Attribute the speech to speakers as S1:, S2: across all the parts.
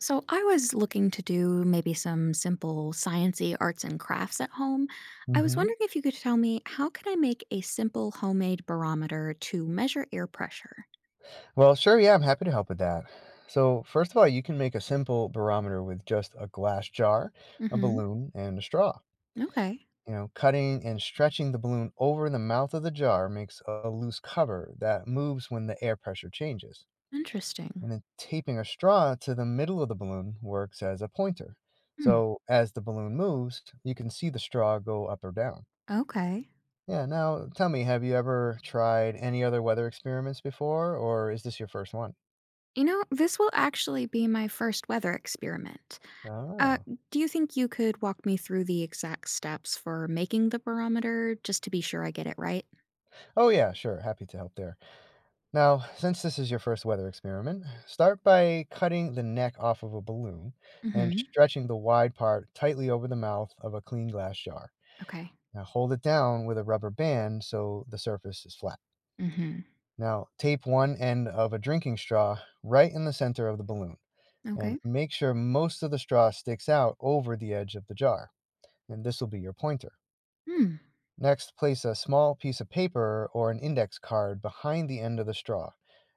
S1: So I was looking to do maybe some simple sciencey arts and crafts at home. I was
S2: hmm
S1: wondering if you could tell me, how can I make a simple homemade barometer to measure air pressure?
S2: Well, sure, yeah, I'm happy to help with that. So, first of all, you can make a simple barometer with just a glass jar, a
S1: Mhm.
S2: balloon, and a straw.
S1: Okay.
S2: You know, cutting and stretching the balloon over the mouth of the jar makes a loose cover that moves when the air pressure changes.
S1: Interesting.
S2: And then taping a straw to the middle of the balloon works as a pointer.
S1: Hmm.
S2: So, as the balloon moves, you can see the straw go up or down.
S1: Okay.
S2: Yeah, now tell me, have you ever tried any other weather experiments before, or is this your first one?
S1: This will actually be my first weather experiment. Uh,
S2: Oh.
S1: do you think you could walk me through the exact steps for making the barometer just to be sure I get it right?
S2: Oh, yeah, sure. Happy to help there. Now, since this is your first weather experiment, start by cutting the neck off of a balloon and
S1: Mhm.
S2: stretching the wide part tightly over the mouth of a clean glass jar.
S1: Okay.
S2: Now, hold it down with a rubber band so the surface is flat.
S1: Mhm.
S2: Now, tape one end of a drinking straw right in the center of the balloon and
S1: Okay.
S2: make sure most of the straw sticks out over the edge of the jar. And this will be your pointer.
S1: Hmm.
S2: Next, place a small piece of paper or an index card behind the end of the straw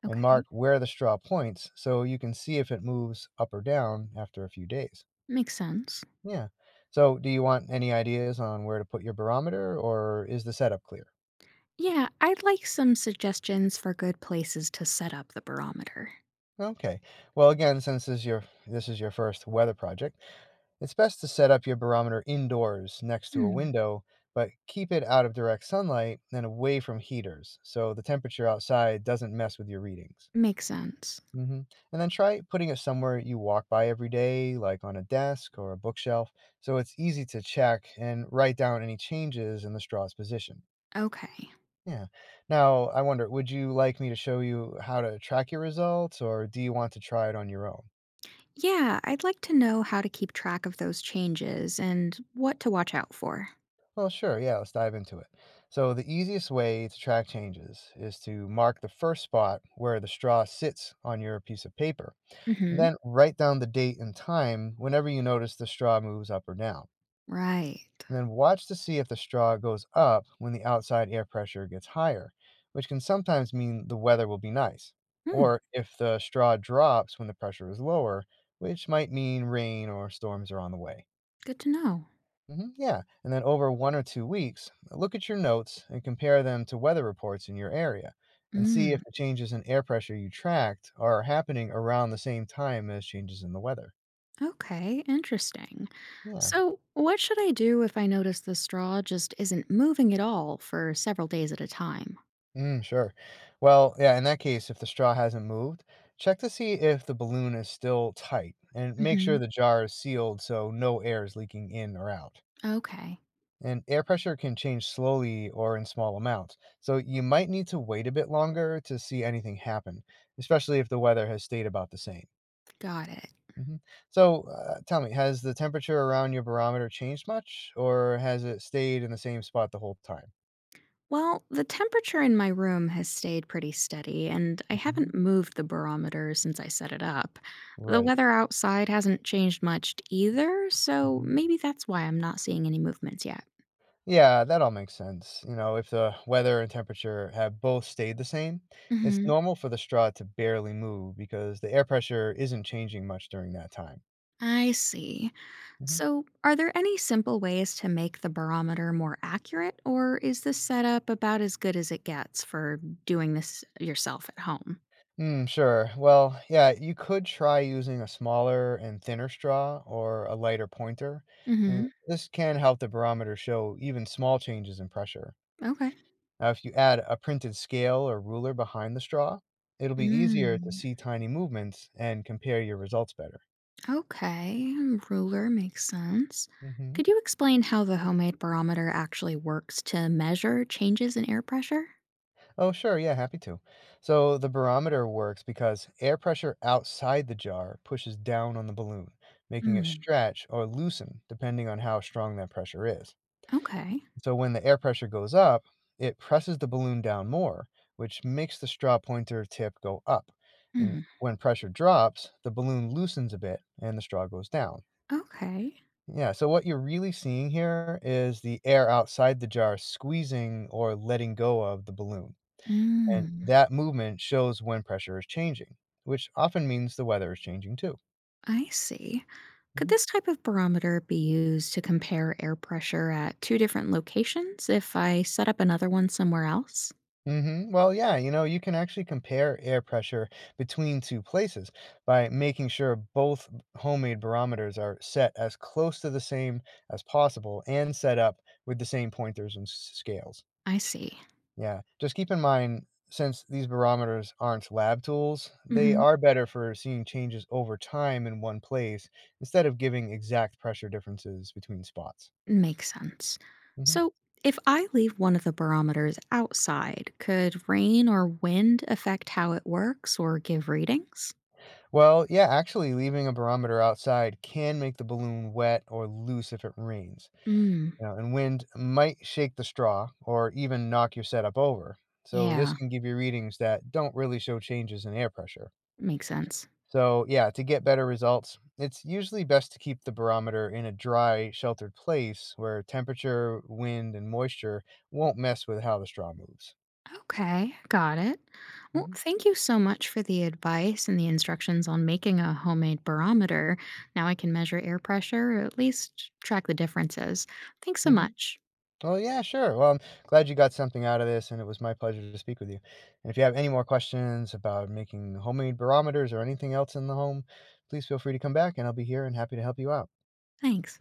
S2: and
S1: Okay.
S2: mark where the straw points so you can see if it moves up or down after a few days.
S1: Makes sense.
S2: Yeah. So, do you want any ideas on where to put your barometer or is the setup clear?
S1: Yeah, I'd like some suggestions for good places to set up the barometer.
S2: Okay. Well, again, since this is your first weather project, it's best to set up your barometer indoors next to a
S1: Hmm,
S2: window, but keep it out of direct sunlight and away from heaters so the temperature outside doesn't mess with your readings.
S1: makes sense.
S2: Mhm, and then try putting it somewhere you walk by every day, like on a desk or a bookshelf, so it's easy to check and write down any changes in the straw's position.
S1: Okay.
S2: Yeah. Now, I wonder, would you like me to show you how to track your results, or do you want to try it on your own?
S1: Yeah, I'd like to know how to keep track of those changes and what to watch out for.
S2: Well, sure, yeah, let's dive into it. So, the easiest way to track changes is to mark the first spot where the straw sits on your piece of paper, and
S1: Mm-hmm.
S2: then write down the date and time whenever you notice the straw moves up or down.
S1: Right.
S2: And then watch to see if the straw goes up when the outside air pressure gets higher, which can sometimes mean the weather will be nice,
S1: Hmm,
S2: or if the straw drops when the pressure is lower, which might mean rain or storms are on the way.
S1: good to know.
S2: Yeah, and then over 1 or 2 weeks, look at your notes and compare them to weather reports in your area and see if
S1: Mm,
S2: the changes in air pressure you tracked are happening around the same time as changes in the weather.
S1: okay, interesting.
S2: Yeah.
S1: So, what should I do if I notice the straw just isn't moving at all for several days at a time?
S2: Mm, sure. Well, yeah, in that case, if the straw hasn't moved, check to see if the balloon is still tight and make sure
S1: Mm-hmm.
S2: the jar is sealed so no air is leaking in or out.
S1: Okay,
S2: And air pressure can change slowly or in small amounts, so you might need to wait a bit longer to see anything happen, especially if the weather has stayed about the same.
S1: got it.
S2: hmm So, tell me, has the temperature around your barometer changed much, or has it stayed in the same spot the whole time?
S1: Well, the temperature in my room has stayed pretty steady, and I
S2: hmm
S1: haven't moved the barometer since I set it up. The
S2: Right.
S1: weather outside hasn't changed much either, so
S2: Mm-hmm.
S1: maybe that's why I'm not seeing any movements yet.
S2: Yeah, that all makes sense. You know, if the weather and temperature have both stayed the same, it's
S1: Hmm.
S2: normal for the straw to barely move because the air pressure isn't changing much during that time.
S1: I see.
S2: hmm
S1: So, are there any simple ways to make the barometer more accurate, or is this setup about as good as it gets for doing this yourself at home?
S2: Mm, sure. Well, yeah, you could try using a smaller and thinner straw or a lighter pointer. And
S1: Hmm.
S2: this can help the barometer show even small changes in pressure.
S1: Okay.
S2: Now, if you add a printed scale or ruler behind the straw, it'll be easier to
S1: Mm.
S2: see tiny movements and compare your results better.
S1: Okay, ruler makes sense.
S2: hmm
S1: Could you explain how the homemade barometer actually works to measure changes in air pressure?
S2: Oh, sure. Yeah, happy to. So the barometer works because air pressure outside the jar pushes down on the balloon, making it
S1: Hmm.
S2: stretch or loosen depending on how strong that pressure is.
S1: Okay.
S2: So when the air pressure goes up, it presses the balloon down more, which makes the straw pointer tip go up. And
S1: Hmm.
S2: when pressure drops, the balloon loosens a bit and the straw goes down.
S1: Okay.
S2: Yeah, so what you're really seeing here is the air outside the jar squeezing or letting go of the balloon. And
S1: Hmm.
S2: that movement shows when pressure is changing, which often means the weather is changing too.
S1: I see. Could
S2: hmm
S1: this type of barometer be used to compare air pressure at two different locations if I set up another one somewhere else?
S2: Well, yeah, you know, you can actually compare air pressure between two places by making sure both homemade barometers are set as close to the same as possible and set up with the same pointers and scales.
S1: I see.
S2: Yeah, just keep in mind since these barometers aren't lab tools, they
S1: Mm-hmm.
S2: are better for seeing changes over time in one place instead of giving exact pressure differences between spots.
S1: Makes sense.
S2: Mhm.
S1: So, if I leave one of the barometers outside, could rain or wind affect how it works or give readings?
S2: Well, yeah, actually, leaving a barometer outside can make the balloon wet or loose if it rains.
S1: Mm,
S2: You know, and wind might shake the straw or even knock your setup over. So, this
S1: yeah,
S2: can give you readings that don't really show changes in air pressure.
S1: makes sense.
S2: So, yeah, to get better results, it's usually best to keep the barometer in a dry, sheltered place where temperature, wind, and moisture won't mess with how the straw moves.
S1: Okay, got it. Well,
S2: hmm
S1: thank you so much for the advice and the instructions on making a homemade barometer. Now I can measure air pressure, or at least track the differences. Thanks so much.
S2: Oh, yeah, sure. Well, I'm glad you got something out of this, and it was my pleasure to speak with you. And if you have any more questions about making homemade barometers or anything else in the home, please feel free to come back, and I'll be here and happy to help you out.
S1: Thanks.